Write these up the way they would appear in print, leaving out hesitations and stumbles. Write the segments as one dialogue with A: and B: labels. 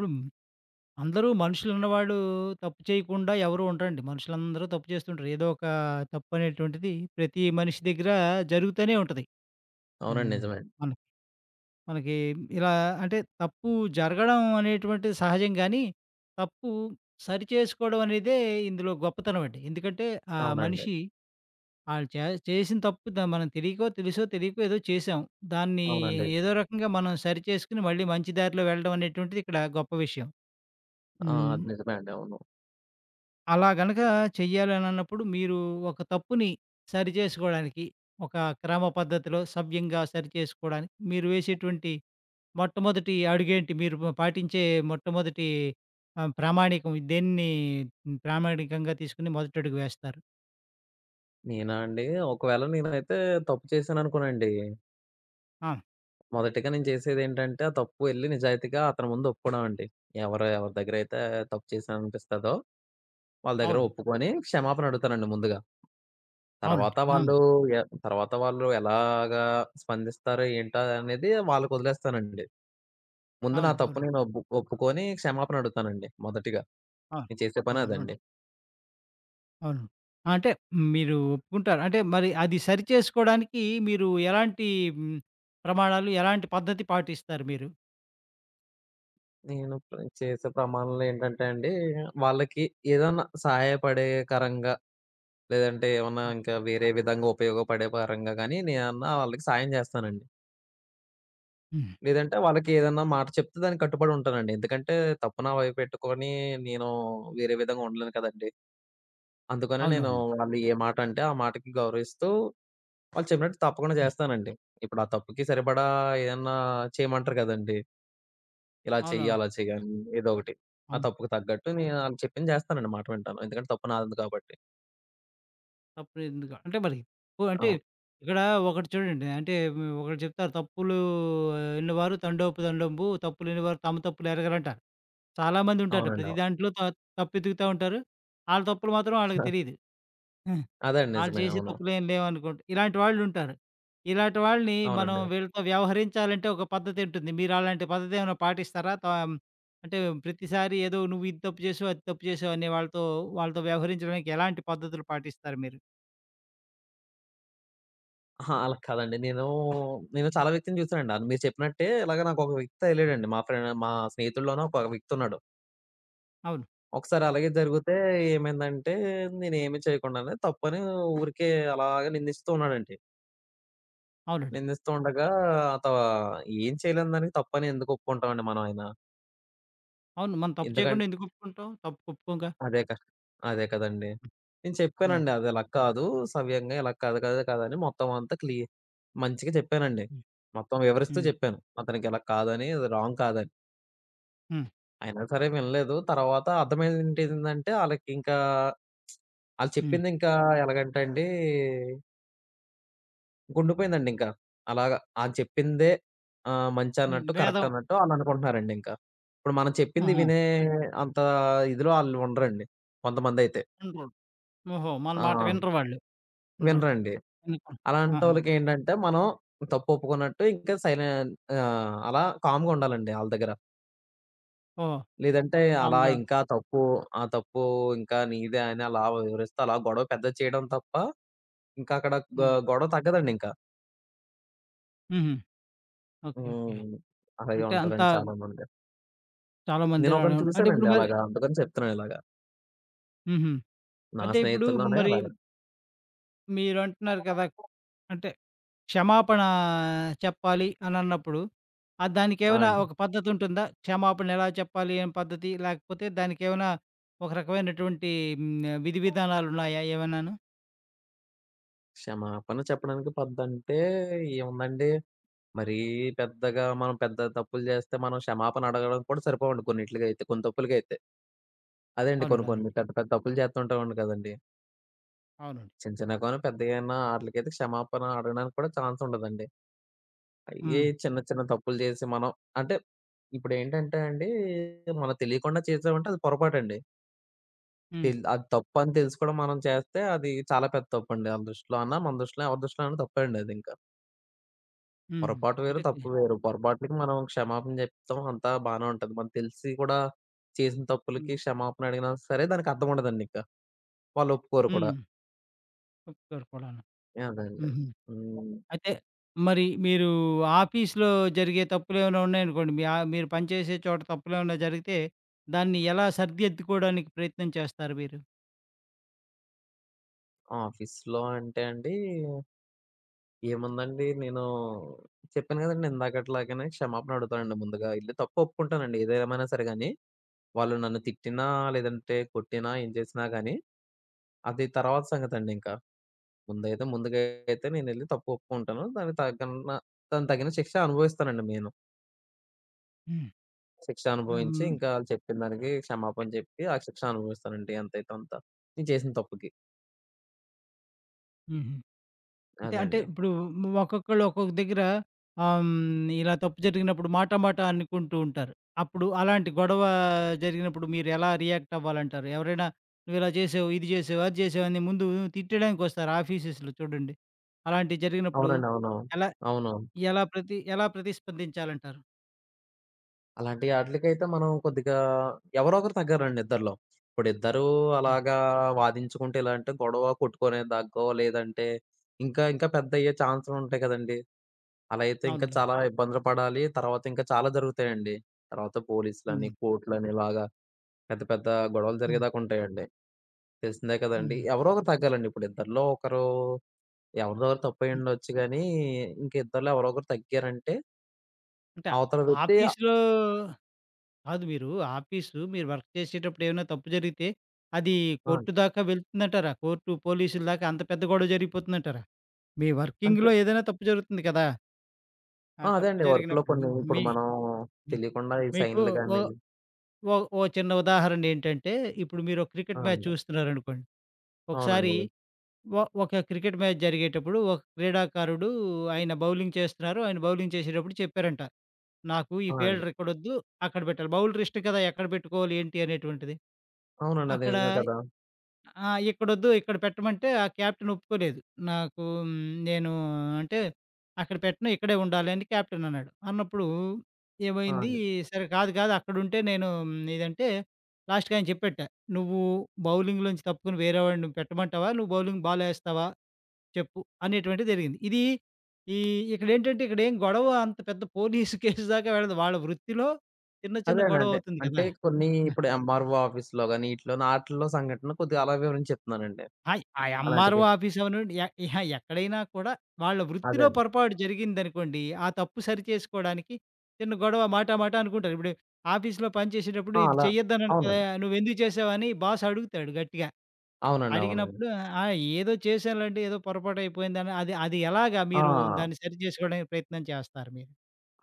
A: ఇప్పుడు అందరూ మనుషులున్నవాడు తప్పు చేయకుండా ఎవరు ఉండరండి. మనుషులందరూ తప్పు చేస్తుంటారు. ఏదో ఒక తప్పు అనేటువంటిది ప్రతి మనిషి దగ్గర జరుగుతూనే ఉంటది.
B: అవునండి.
A: హ్మ్.
B: నిజమే. అండి.
A: మన మనకి ఇలా అంటే తప్పు జరగడం అనేటువంటిది సహజం గానీ, తప్పు సరిచేసుకోవడం అనేదే ఇందులో గొప్పతనం అండి. ఎందుకంటే ఆ
B: అవునండి.
A: మనిషి ఆళ్ళు చే చేసిన తప్పు మనం తెలియకో, తెలుసో, తెలియకో ఏదో చేశాం. దాన్ని
B: అవునండి.
A: ఏదో రకంగా మనం సరిచేసుకొని మళ్ళీ మంచి దారిలో వెళ్ళడం అనేటువంటిది ఇక్కడ గొప్ప విషయం.
B: ఆ!
A: హ్మ్.
B: అది నిజమే అండి. అవును.
A: అలా గనక చెయ్యాలనన్నప్పుడు మీరు ఒక తప్పుని సరిచేసుకోవడానికి, ఒక క్రమ పద్ధతిలో సవ్యంగా సరిచేసుకోవడానికి మీరు వేసేటువంటి మొట్టమొదటి అడుగేంటి? మీరు పాటించే మొట్టమొదటి ప్రామాణికం దేన్ని ప్రామాణికంగా తీసుకొని మొదటడుగు వేస్తారు?
B: నేనా అండి? ఒకవేళ నేనైతే తప్పు చేశాననుకోనండి,
A: ఆ!
B: మొదటిగా నేను చేసేదేంటంటే, ఆ తప్పు ఎళ్లి నిజాయితీగా అతని ముందు ఒప్పుకోవడం అండి. ఎవరు ఎవరి దగ్గరైతే తప్పు చేశాననిపిస్తదో, వాళ్ళ దగ్గర
A: అవును.
B: ఒప్పుకొని క్షమాపణ అడుగుతానండి ముందుగా.
A: అవునండి.
B: తర్వాత
A: ఆ!
B: వాళ్ళు ఎ తర్వాత వాళ్ళు ఎలాగా స్పందిస్తారో, ఏంటో అనేది వాళ్ళకొదిలేస్తానండి. ముందు నా
A: అవునండి.
B: తప్పు
A: అవునండి.
B: నేను ఒప్పుకొని క్షమాపణ అడుగుతానండి మొదటిగా.
A: అవును.
B: నేను చేసే పని
A: హ్మ్. అవును.
B: అదండి.
A: అవును. అంటే మీరు ఒప్పుకుంటారు. అంటే మరి అది సరిచేసుకోవడానికి మీరు ఎలాంటి హ్మ్, ప్రమాణాలు, ఎలాంటి పద్ధతి పాటిస్తారు మీరు?
B: నేను చేసే ప్రమాణాలు ఏంటంటే అండి, వాళ్ళకి ఏదన్నా సహాయపడే కరంగా, లేదంటే ఏమన్నా
A: ఆ!
B: ఇంకా వేరే విధంగా ఉపయోగపడే పరంగా గాని, నేనన్నా వాళ్ళకి సాయం జేస్తానండి.
A: హ్మ్.
B: లేదంటే వాళ్ళకి ఏదన్నా మాట చెప్తే దానికి కట్టుబడి ఉంటానండి. ఎందుకంటే తప్పు నా వైపు పెట్టుకొని నేను వేరే విధంగా ఉండలేను కదండీ. అందుకనే నేను
A: అవునవును.
B: వాళ్ళు ఏ మాటంటే ఆ మాటకి గౌరవిస్తూ, వాళ్ళు చెప్పినట్టు తప్పకుండా
A: హ్మ్.
B: జేస్తానండి. ఇప్పుడు ఆ తప్పుకి సరిపడా ఏదన్నా చేయమంటారు గదండీ! ఇలా చెయ్యి,
A: అవునవును.
B: అలా చెయ్యి అని ఏదో ఒకటి. ఆ
A: అవును.
B: తప్పుకు తగ్గట్టు నేను ఆళ్ళు చెప్పింది జేస్తానండి. మాట వింటాను. ఎందుకంటే తప్పు నాది కాబట్టి.
A: తప్పులేదుగా అంటే మరి ఓ అంటే
B: అవును.
A: ఇక్కడ ఒకటి చూడండి. అంటే ఒకటి చెప్తారు. తప్పులు ఎన్నివారు తండోపు తండోపు తప్పులెన్నివారు తమ తప్పులు ఎరగరంటారు. చాలామందుంటారట.
B: అవునండి.
A: ప్రతి
B: అవును.
A: దాంట్లో తప్పెతుకుతా ఉంటారు. ఆళ్ళ తప్పులు మాత్రం ఆళ్ళకి తెలీదు. ఆ!
B: అదే అండి.
A: ఆళ్ళు
B: నిజమే.
A: చేసే
B: అవును.
A: తప్పులేం లేవనుకుంట. ఇలాంటి వాళ్ళుంటారు. ఇలాంటి వాళ్ళని మనం
B: అవునండి.
A: వీళ్ళతో వ్యవహరించాలంటే ఒక పద్ధతుంటుంది. మీరలాంటి పద్ధతేమైనా పాటిస్తారా? అంటే ప్రతిసారి ఏదో నువ్వు ఇది తప్పు చేసావు, అది తప్పు చేసావు అనే వాళ్ళతో వాళ్ళతో వ్యవహరించడానికి ఎలాంటి పద్ధతులు పాటిస్తారు మీరు?
B: అహా! అలా కాదండి. నేను చాలా వ్యక్తిని చూసానండి. అది మీరు చెప్పినట్టే ఇలాగ నాకొక వ్యక్తి తగిలాడండి. మా స్నేహితుల్లోనే ఒక వ్యక్తి ఉన్నాడు.
A: అవును.
B: ఒకసారి అలాగే జరిగితే ఏమైందంటే నేనేమి చేయకుండానే తప్పని ఊరికే అలాగే నిందిస్తూ ఉన్నాడండి.
A: అవునండి.
B: నిందిస్తూ ఉండగా త ఏం చేయలేని దానికి తప్పని ఎందుకు ఒప్పుకుంటామండి మనం అయినా.
A: అవును. మనం తప్పు చేయకుండా
B: ఎందుకంటే
A: ఎందుకు ఒప్పుకుంటాం? తప్పు ఒప్పుకోంగా.
B: అదే కష్ అదే కదండీ. నేను
A: హ్మ్.
B: చెప్పానండి అదలా కాదు. సవ్యంగా ఇలా కాదు కాదు కాదని మొత్తం అంతా క్లి మంచిగా చెప్పానండి.
A: హ్మ్.
B: మొత్తం వివరిస్తూ
A: హ్మ్.
B: చెప్పాను. అతనికి ఇలా కాదని, ఇది రాంగ్ కాదని.
A: హ్మ్.
B: అయినా సరే వినలేదు. తర్వాత అర్థమైందేంటంటే ఆళ్ళకింకా ఆళ్ళు
A: హ్మ్.
B: చెప్పిందింకా ఎలాగంటే అండి గుండిపోయిందండి ఇంకా. అలాగా ఆళ్ళు చెప్పిందే
A: హ్మ్.
B: మంచన్నట్టు, కరెక్ట్
A: వేదం.
B: అన్నట్టు ఆళ్ళనుకుంటున్నారండి ఇంకా. ఇప్పుడు మనం చెప్పింది
A: ఆహా!
B: వినే అంత ఇదిలో ఆళ్ళు ఉండరండి కొంతమందైతే.
A: వినరు. ఓహో! మన
B: ఆ!
A: మాట వినరు వాళ్ళు. వినరు.
B: వినరండి.
A: వినకుండా, ఆహా!
B: అలాంటోళ్ళకేంటంటే, మనం తప్పు ఒప్పుకున్నట్టు ఇంకా సైలెన్ ఆహ్, అలా కామ్‌గా ఉండాలండి ఆళ్ళ దగ్గర.
A: ఓహో!
B: లేదంటే అలా
A: కామ్‌గా.
B: ఇంకా తప్పు ఆ తప్పు ఇంకా నీదే అని అలా వివరిస్తూ అలా గొడవ పెద్దది చేయడం తప్ప ఇంకా అక్కడ గ
A: హ్మ్.
B: గొడవ తగ్గదండింకా.
A: హుహు. ఓకే. ఓకే.
B: హ్మ్. అలాగే
A: అంటే అంతా
B: ఉంటారండి చాలా మంది.
A: చాలామంది రావడం.
B: నేనొకరిని
A: అంటే ఇప్పుడు
B: చూసానండి
A: మరి
B: అలాగా. అందుకని చెప్తున్నాను ఇలాగా.
A: హుహు.
B: నా
A: అంటే ఇప్పుడు
B: స్నేహితుల్లోనే
A: మరి
B: అలాగా.
A: మీరంటున్నారు కదా! అంటే క్షమాపణ చెప్పాలి అనన్నప్పుడు
B: ఆ!
A: దానికేమైనా
B: అండి.
A: ఒక పద్ధతుంటుందా? క్షమాపణ ఎలా చెప్పాలి? ఏం పద్ధతి? లేకపోతే దానికేమైనా ఒక రకమైనటువంటి విధి విధానాలున్నాయా ఏమన్నాను?
B: క్షమాపణ చెప్పడానికి పద్ధతి అంటే ఏముందండి? మరీ పెద్దగా మనం పెద్ద తప్పులు జేస్తే మనం క్షమాపణ అడగడం కూడా సరిపోవండి కొన్నిట్లికైతే. కొన్ని తప్పులకైతే. అదే అండి
A: అవునండి.
B: కొన్ని కొన్ని
A: అవునండి.
B: పెద్ద పెద్ద తప్పులు జేస్తుంటామండి కదండీ.
A: అవునండి.
B: చిన్న చిన్నగానో, పెద్దగైనా ఆటిలకైతే క్షమాపణ అడగడానికి కూడా ఛాన్స్ ఉండదండి. అయ్యే
A: హ్మ్.
B: చిన్న చిన్న తప్పులు జేసి మనం అంటే ఇప్పుడేంటంటే అండి మనం తెలియకుండా చేసామంటే అది పొరపాటండి.
A: హ్మ్.
B: అది తప్పని తెలిసి కూడా మనం చేస్తే అది చాలా పెద్ద తప్పండి ఆళ్ళ దృష్టిలో అన్నా, మన దృష్టిలో ఎవరి దృష్టిలో అయినా తప్పే అండి అదింక.
A: హ్మ్.
B: పొరపాటు వేరు,
A: అంటే.
B: తప్పు వేరు. పొరపాట్లకి మనం క్షమాపణ జెప్తాం అంతా బానే ఉంటది. మనకు తెలిసి కూడా చేసిన
A: హ్మ్.
B: తప్పులకి క్షమాపణ అడిగినా సరే దానికి అర్థం ఉండదండింక. వాళ్ళు ఒప్పుకోరు కూడా.
A: హ్మ్. ఒప్పుకోరు కూడాను.
B: అదండి.
A: హుహు.
B: హ్మ్.
A: అయితే మరి మీరు ఆఫీస్‌లో జరిగే తప్పులేమైనా ఉన్నాయనుకోండి. మీ ఆ మీరు పనిచేసే చోట తప్పులేమైనా జరిగితే దాన్ని ఎలా సరిదిద్దుకోవడానికి ప్రయత్నం చేస్తారు మీరు?
B: ఆఫీస్‌లో అంటే అండి, ఏముందండి నేను చెప్పాను గదండీ ఇందాకట్లాగానే క్షమాపణ అడుగుతానండి ముందుగా. ఎళ్లి తప్పు ఒప్పుకుంటానండి ఏదేమైనా సరే గాని. వాళ్ళు నన్ను తిట్టినా, లేదంటే కొట్టినా, ఏం చేసినా గాని అది తర్వాత సంగతండింక. ముందైతే ముందుగా అయితే నేనెళ్లి తప్పు ఒప్పుకుంటాను. దానికి తగిన శిక్ష అనుభవిస్తానండి నేను.
A: హ్మ్.
B: శిక్ష
A: ఆహ్,
B: అనుభవించి
A: హ్మ్.
B: ఇంకా ఆళ్ళు చెప్పిన దానికి క్షమాపణ చెప్పి, ఆ శిక్ష అనుభవిస్తానండి ఎంతైతే అంత. నేను చేసిన తప్పుకి.
A: హుహు. అయితే అంటే
B: అదండి.
A: ఇప్పుడు ఒక్కొక్కళ్ళు ఒక్కొక్క దగ్గర ఇలా తప్పు జరిగినప్పుడు మాట మాట అనుకుంటూ ఉంటారు. అప్పుడు అలాంటి గొడవ జరిగినప్పుడు మీరు ఎలా రియాక్ట్ అవ్వాలంటారు? ఎవరైనా "నువ్వు ఇలా చేసావు, ఇది చేసావు, అది చేసావు" అని ముందు తిట్టడానికొస్తారు ఆఫీసెస్‌లో చూడండి. అలాంటివి జరిగినప్పుడు
B: అవునండి. అవునవును.
A: ఎలా
B: అవునవును.
A: ఎలా ప్రతి ఎలా ప్రతిస్పందించాలంటారు?
B: అలాంటి ఆటిలకైతే మనం కొద్దిగా ఎవరో ఒకరు తగ్గారండి ఇద్దరిలో. ఇప్పుడు ఇద్దరూ
A: హ్మ్.
B: అలాగా వాదించుకుంటే ఇలా అంటే గొడవ కొట్టుకునే దాకో లేదంటే ఇంకా ఇంకా పెద్దయ్యే ఛాన్సులుంటాయి కదండీ! అలా అయితే ఇంకా
A: అవునండి. అవును.
B: చాలా ఇబ్బందులు పడాలి. తర్వాత ఇంకా చాలా జరుగుతాయండి. తర్వాత పోలీసులని,
A: హ్మ్.
B: కోర్టులని ఇలాగా పెద్ద పెద్ద గొడవలు
A: హ్మ్.
B: జరిగేదాకా ఉంటాయండి. తెలిసిందే కదండీ!
A: హ్మ్.
B: ఎవరో ఒకరు తగ్గాలండి. ఇప్పుడు ఇద్దరిలో ఒకరు ఎవరిదో ఒకరు
A: హ్మ్.
B: తప్పయ్యుండొచ్చు గానీ, ఇంక ఇద్దరిలో ఎవరో ఒకరు తగ్గారంటే
A: అంటే
B: అవతల వ్యక్తి
A: ఆఫీస్‌లో కాదు, మీరు ఆఫీసు, మీరు వర్క్ చేసేటప్పుడు ఏమైనా తప్పు జరిగితే, అది
B: ఆ!
A: కోర్టు దాకా వెళ్తుందంటారా? కోర్టు, పోలీసుల దాకా అంత పెద్ద గొడవ జరిగిపోతుందంటారా? మీ
B: అంతే.
A: వర్కింగ్‌లో ఏదైనా తప్పు జరుగుతుంది కదా! ఆ
B: ఆ! అదే
A: తప్పు
B: అండి. వర్క్‌లో
A: జరిగినప్పుడు
B: కొన్ని ఇప్పుడు
A: మీ
B: మనం
A: మీ
B: తెలియకుండా ఈ
A: మీకు
B: సైన్‌లు
A: ఓ
B: గాని
A: ఓ ఓ చిన్న ఉదాహరణ ఏంటంటే, ఇప్పుడు మీరు
B: ఆ!
A: క్రికెట్ మ్యాచ్
B: అండి.
A: చూస్తున్నారనుకోండి. ఒకసారి
B: అవునండి.
A: ఒక క్రికెట్ మ్యాచ్ జరిగేటప్పుడు ఒక క్రీడాకారుడు, ఆయన బౌలింగ్ చేస్తున్నారు. ఆయన బౌలింగ్ చేసేటప్పుడు చెప్పారంట. నాకు ఈ
B: ఆ! అండి.
A: ఫీల్డర్ ఇక్కడొద్దు, అక్కడ పెట్టాలి. బౌలర్ ఇష్టం కదా! ఎక్కడ పెట్టుకోవాలి ఏంటి అనేటువంటిది.
B: అవునండి. అది
A: అక్కడ,
B: నిజమే కదా!
A: ఆ! ఇక్కడొద్దు ఇక్కడ పెట్టమంటే ఆ కెప్టెన్ ఒప్పుకోలేదు. నాకు నేను అంటే అక్కడ పెట్టను, ఇక్కడే ఉండాలి అని కెప్టెన్ అన్నాడు. అన్నప్పుడు
B: ఆ!
A: ఏమైంది,
B: అండి.
A: సరే కాదు కాదు అక్కడుంటే నేను, ఇదంటే లాస్ట్‌కి ఆయన చెప్పేట్ట. నువ్వు బౌలింగ్‌లోంచి తప్పుకొని వేరే వాడిని పెట్టమంటావా? నువ్వు బౌలింగ్ బాలేస్తావా? చెప్పు, అనేటువంటిది జరిగింది. ఇది ఈ ఇక్కడేంటంటే, ఇక్కడేం గొడవ అంత పెద్ద పోలీస్ కేస్ దాకా వెళ్ళదు. వాళ్ళ వృత్తిలో చిన్న చిన్న
B: అదేనండి.
A: గొడవ
B: అంటే,
A: అవుతుంది
B: అంటే
A: కదా!
B: కొన్ని
A: హ్మ్.
B: ఇప్పుడు ఎంఆర్‌ఓ ఆఫీస్‌లో గాని, ఈటిలోని ఆటిల్లో సంఘటన కొద్దిగా అలా వివరించి చెప్తున్నానండి.
A: ఆ! ఆ MRO
B: అలాంటిది.
A: ఆఫీస్ అవనివ్వండి, ఎ ఇహ ఎక్కడైనా కూడా వాళ్ళ
B: అదే
A: వృత్తిలో
B: అండి.
A: పొరపాటు జరిగిందనుకోండి, ఆ తప్పు సరిచేసుకోవడానికి చిన్న గొడవ, మాటా మాటా అనుకుంటారు. ఇప్పుడు ఆఫీస్‌లో పని చేసేటప్పుడు
B: ఆ!
A: ఇది
B: అలా
A: చెయ్యొద్దన్నాను కదా!
B: అవునండి.
A: నువ్వెందుకు చేశావని బాస్ అడుగుతాడు గట్టిగా.
B: అవునండి. అవునండి.
A: అడిగినప్పుడు, ఆ! ఏదో చేశానులెండి, ఏదో పొరపాటు అయిపోయిందని, అది అది ఎలాగా మీరు
B: ఆ!
A: దాన్ని సరిచేసుకోవడానికి ప్రయత్నం చేస్తారు మీరు?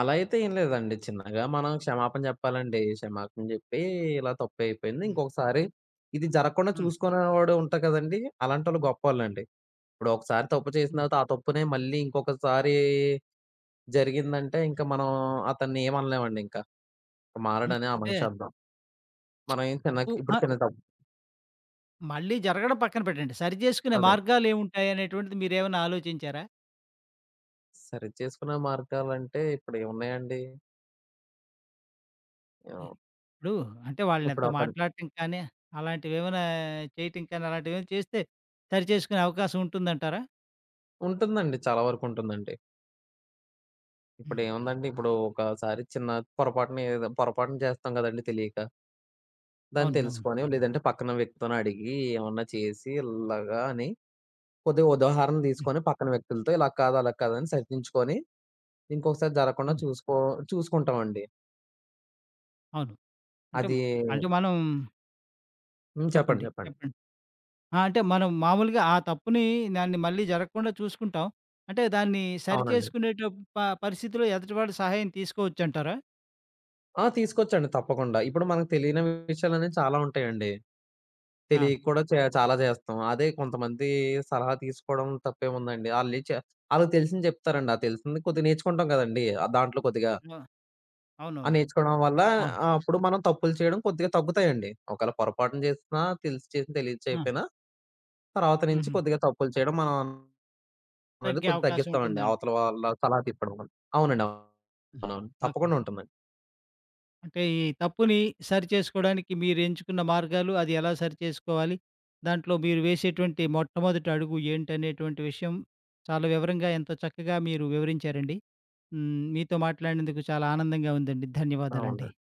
B: అలా అయితే ఏం లేదండి. చిన్నగా మనం క్షమాపణ చెప్పాలండి. క్షమాపణ చెప్పి, ఇలా తప్పయిపోయింది.
A: హ్మ్.
B: ఇంకొకసారి ఇది జరగకుండా
A: హ్మ్.
B: చూసుకునేవాడు ఉంటారు కదండీ! అలాంటోళ్ళు గొప్పోళ్ళండి. ఇప్పుడు ఒకసారి తప్పు చేసిన
A: హ్మ్.
B: తర్వాత, ఆ తప్పునే మళ్ళీ ఇంకొకసారి జరిగిందంటే, ఇంక మనం అతన్ని ఏమనలేమండి ఇంకా.
A: హ్మ్.
B: మారడని ఆ
A: అంటే
B: మనిషి అర్థం. మనం ఏం చిన్న
A: తప్పు,
B: ఇప్పుడు
A: అహా,
B: చిన్న తప్పు.
A: మళ్ళీ జరగడం పక్కన పెట్టండి. సరిజేసుకునే
B: అదే.
A: మార్గాలేముంటాయనేటువంటిది మీరేమైనా ఆలోచించారా?
B: సరిచేసుకునే మార్గాలంటే ఇప్పుడేమున్నాయండి?
A: ఎ
B: ఆహ్,
A: ఇప్పుడు అంటే
B: ఇప్పుడు
A: వాళ్ళెంతో
B: ఆ పని
A: మాట్లాడటం కానీ, అలాంటివేమైనా చేయటం కానీ, అలాంటివేమైనా చేస్తే సరిచేసుకునే అవకాశం ఉంటుందంటారా?
B: ఉంటుందండి. చాలా వరకుంటుందండి.
A: హ్మ్.
B: ఇప్పుడు ఒకసారి చిన్న ఏదో పొరపాటున చేస్తాం కదండీ తెలియక. దాన్ని
A: అవునవును.
B: తెలుసుకొని లేదంటే పక్కన వ్యక్తితోని అడిగి ఏమన్నా చేసి ఇలాగా అని కొద్దిగా ఉదాహరణ
A: హ్మ్.
B: తీసుకొని పక్కన వ్యక్తులతో ఇలా కాదు, అలా కాదు అని సరిదించుకొని ఇంకొకసారి జరగకుండా
A: హ్మ్.
B: చూసుకో చూసుకుంటామండి.
A: అవును. అంటే
B: అది
A: అంటే మనం,
B: హ్మ్. చెప్పండి.
A: చెప్పండి.
B: చెప్పండి.
A: చెప్పండి. ఆ! అంటే మనం మామూలుగా ఆ తప్పుని, దాన్ని మళ్ళీ జరగకుండా చూసుకుంటాం. అంటే దాన్ని
B: అవునండి.
A: సరిచేసుకునేట పరిస్థితిలో ఎదుటివాడి సహాయం తీసుకోవచ్చంటారా?
B: ఆ! తీసుకొచ్చండి తప్పకుండా. ఇప్పుడు మనకు తెలియని విషయాలనేవి చాలా ఉంటాయండి.
A: ఆ!
B: తెలియక కూడా చే చాలా చేస్తాం. అదే కొంతమంది సలహా తీసుకోవడం తప్పేముందండి. ఆళ్ళే చే ఆళ్ళకి తెలిసింది చెప్తారండి. ఆ తెలిసింది కొద్దిగా నేర్చుకుంటాం కదండీ! దాంట్లో కొద్దిగా.
A: ఆ!
B: ఆ
A: అవునవును.
B: నేర్చుకోవడం వల్ల
A: అవును.
B: అప్పుడు మనం తప్పులు చేయడం కొద్దిగా తగ్గుతాయండి. ఒకవేళ పొరపాటున చేసినా తెలిసి చేసినా, తెలియక
A: ఆ!
B: చేయకపోయినా తర్వాత నుంచి
A: హుహు.
B: కొద్దిగా తప్పులు చేయడం మనం అనేది
A: తగ్గే
B: కొద్దిగా
A: అవకాశం
B: తగ్గిస్తామండి.
A: ఉంటుందన్.
B: అవతల వాళ్ళ సలహా తీసుకోవడం వల్ల. అవునండి.
A: హ్మ్.
B: అవునవును.
A: ఓకే.
B: తప్పకుండా ఉంటుందండి.
A: అంటే ఈ తప్పుని సరిచేసుకోవడానికి మీరెంచుకున్న మార్గాలు, అది ఎలా సరిచేసుకోవాలి, దాంట్లో మీరు వేసేటువంటి మొట్టమొదటి అడుగు ఏంటనేటువంటి విషయం చాలా వివరంగా, ఎంతో చక్కగా మీరు వివరించారండి. హ్మ్. మీతో మాట్లాడినందుకు చాలా ఆనందంగా ఉందండి. ధన్యవాదాలండి.
B: అవునండి.